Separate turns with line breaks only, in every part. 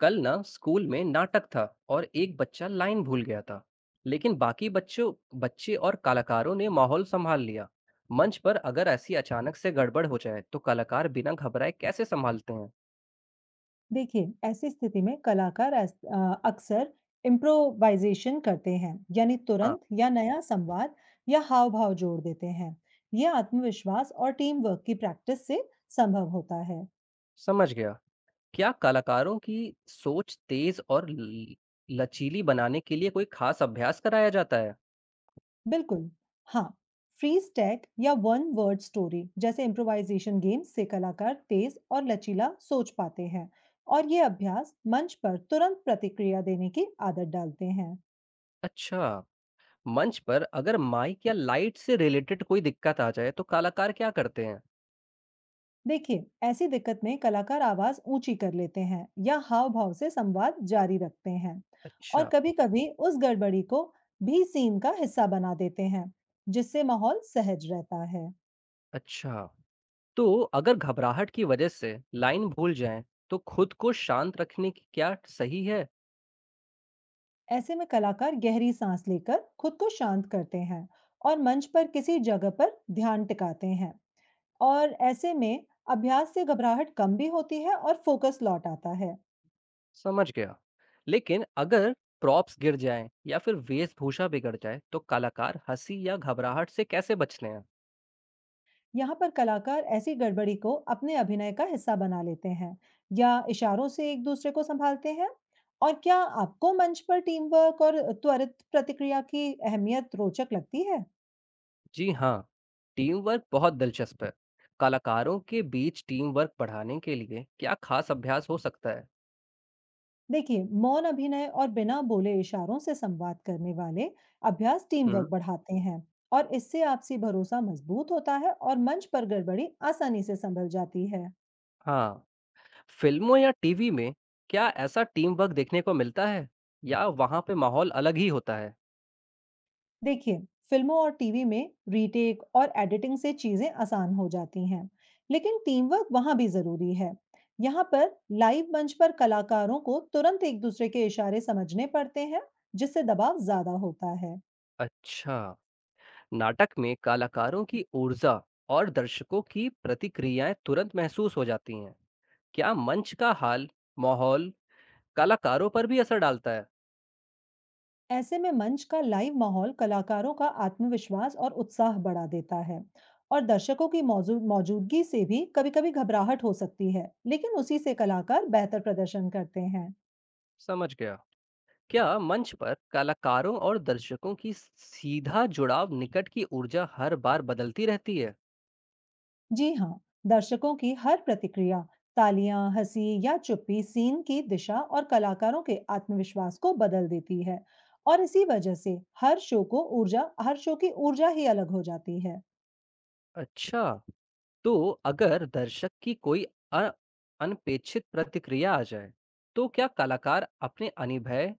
कल ना स्कूल में नाटक था और एक बच्चा लाइन भूल गया था। लेकिन बाकी बच्चों बच्चे और कलाकारों ने माहौल संभाल लिया। मंच पर अगर ऐसी अचानक से गड़बड़ हो जाए तो कलाकार बिना घबराए कैसे संभालते हैं?
देखिए, ऐसी स्थिति में कलाकार अक्सर इम्प्रोवाइज़ेशन करते हैं, यानी
हाँ,
तुरंत या नया संवाद या हाव-भाव जोड़ देते हैं। ये आत्मविश्वास और टीम वर्क की प्रैक्टिस से संभव होता है।
समझ गया। क्या कलाकारों की सोच तेज और लचीली बनाने के लिए कोई खास अभ्यास कराया जाता है?
बिल्कुल, हाँ, फ्रीज़ टैग या वन वर्ड स्टोरी जैसे इम्प्रोवाइज़ेशन गेम्स से कलाकार तेज़ और लचीला सोच पाते हैं और ये अभ्यास मंच पर तुरंत प्रतिक्रिया देने की आदत डालते हैं।
अच्छा, मंच पर अगर माइक या लाइट से रिलेटेड कोई दिक्कत आ जाए तो कलाकार क्या करते हैं?
देखिए, ऐसी दिक्कत में कलाकार आवाज ऊंची कर लेते हैं या हाव भाव से संवाद जारी रखते हैं और
अच्छा।
कभी कभी उस गड़बड़ी को भी सीन का हिस्सा बना देते हैं जिससे माहौल सहज रहता है।
अच्छा, तो अगर घबराहट की वजह से लाइन भूल जाएं, तो खुद को शांत रखने की क्या सही है?
ऐसे में कलाकार गहरी सांस लेकर खुद को शांत करते हैं और मंच पर किसी जगह पर ध्यान टिकाते हैं और ऐसे में अभ्यास से घबराहट कम भी होती है और फोकस लौट आता है।
समझ गया। लेकिन अगर प्रॉप्स गिर जाएं या फिर वेशभूषा बिगड़ जाए, तो कलाकार हंसी या घबराहट से कैसे बचते हैं?
यहाँ पर कलाकार ऐसी गड़बड़ी को अपने अभिनय का हिस्सा बना लेते हैं या इशारों से एक दूसरे को संभालते हैं। और क्या आपको मंच पर टीम वर्क और त्वरित प्रतिक्रिया की अहमियत रोचक लगती है?
जी हाँ, टीम वर्क बहुत दिलचस्प है। कलाकारों के बीच टीम वर्क बढ़ाने के लिए क्या खास अभ्यास हो सकता है?
देखिए, मौन अभिनय और बिना बोले इशारों से संवाद करने वाले अभ्यास टीम
हुँ?
वर्क बढ़ाते हैं और इससे आपसी भरोसा मजबूत होता है और मंच पर गड़बड़ी आसानी से संभल जाती है।
हाँ, फिल्मों या टीवी में क्या ऐसा टीम वर्क देखने को मिलता है? या वहाँ पे माहौल अलग ही होता है?
देखिए, फिल्मों और टीवी में रीटेक और एडिटिंग से चीजें आसान हो जाती हैं लेकिन टीम वर्क वहां भी जरूरी है। यहाँ पर लाइव मंच पर कलाकारों को तुरंत एक दूसरे के इशारे समझने पड़ते हैं जिससे दबाव ज्यादा होता है।
अच्छा। नाटक में कलाकारों की ऊर्जा और दर्शकों की प्रतिक्रियाएं तुरंत महसूस हो जाती हैं। क्या मंच का हाल, माहौल कलाकारों पर भी असर डालता है?
ऐसे में मंच का लाइव माहौल कलाकारों का आत्मविश्वास और उत्साह बढ़ा देता है और दर्शकों की मौजूदगी से भी कभी-कभी घबराहट हो सकती है लेकिन उसी से कलाकार बेहतर प्रदर्शन करते हैं।
समझ गया। क्या मंच पर कलाकारों और दर्शकों की सीधा जुड़ाव निकट की ऊर्जा हर बार बदलती रहती है?
जी हाँ, दर्शकों की हर प्रतिक्रिया, तालियां, हंसी या चुप्पी सीन की दिशा और कलाकारों के आत्मविश्वास को बदल देती है। और इसी वजह से हर शो की ऊर्जा ही अलग हो जाती है।
अच्छा, तो अगर दर्शक की कोई अ- अनपेक्षित प्रतिक्रिया आ जाए, तो क्या कलाकार अपने अनिभय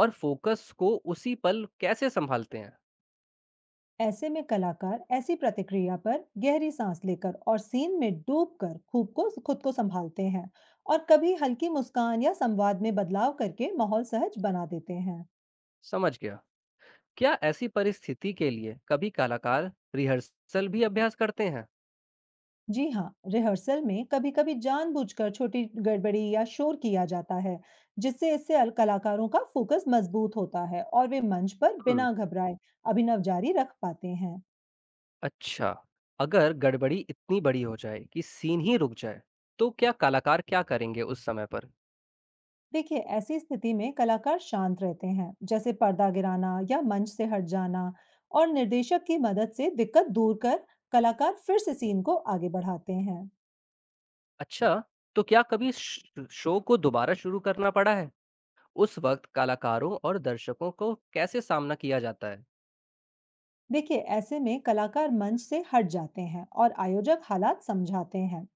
और फोकस को उसी पल कैसे संभालते हैं?
ऐसे में कलाकार ऐसी प्रतिक्रिया पर गहरी सांस लेकर और सीन में डूबकर खूब को खुद को संभालते हैं और कभी हल्की मुस्कान या संवाद में बदलाव करके माहौल सहज बना देते हैं।
समझ गया। क्या ऐसी परिस्थिति के लिए कभी कलाकार रिहर्सल भी अभ्यास करते हैं?
जी हाँ, रिहर्सल में कभी कभी जानबूझकर छोटी गड़बड़ी या शोर किया जाता है जिससे कलाकारों का फोकस मजबूत होता है और वे मंच पर
हुँ।
बिना घबराए अभिनव जारी रख पाते हैं।
अच्छा। अगर गड़बड़ी इतनी बड़ी हो जाए कि सीन ही रुक जाए, तो क्या कलाकार क्या करेंगे उस समय पर?
देखिए, ऐसी स्थिति में कलाकार शांत रहते हैं, जैसे पर्दा गिराना या मंच से हट जाना, और निर्देशक की मदद से दिक्कत दूर कर कलाकार फिर से सीन को आगे बढ़ाते हैं।
अच्छा, तो क्या कभी श शो को दोबारा शुरू करना पड़ा है? उस वक़्त कलाकारों और दर्शकों को कैसे सामना किया जाता है?
देखिए, ऐसे में कलाकार मंच से हट जाते हैं और आयोजक हालात समझाते हैं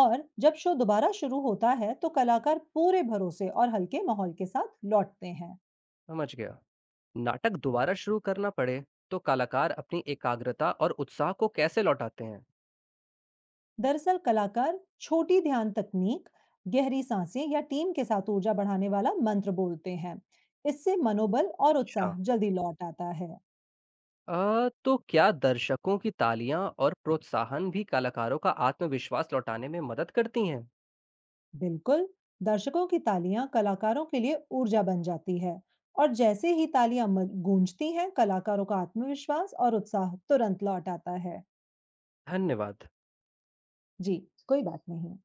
और जब शो दोबारा शुरू होता है तो कलाकार पूरे भरोसे और हल्के माहौल के साथ लौटते हैं।
समझ गया। नाटक दोबारा शुरू करना पड़े, तो कलाकार अपनी एकाग्रता और उत्साह को कैसे लौटाते हैं?
दरअसल कलाकार छोटी ध्यान तकनीक, गहरी सांसें या टीम के साथ ऊर्जा बढ़ाने वाला मंत्र बोलते हैं। इससे मनोबल और
अच्छा।
उत्साह जल्दी लौट आता है।
तो क्या दर्शकों की तालियाँ और प्रोत्साहन भी कलाकारों का आत्मविश्वास लौटाने में मदद करती हैं?
बिल्कुल, दर्शकों की तालियां कलाकारों के लिए ऊर्जा बन जाती है और जैसे ही तालियां गूंजती हैं, कलाकारों का आत्मविश्वास और उत्साह तुरंत लौट आता है।
धन्यवाद।
जी, कोई बात नहीं।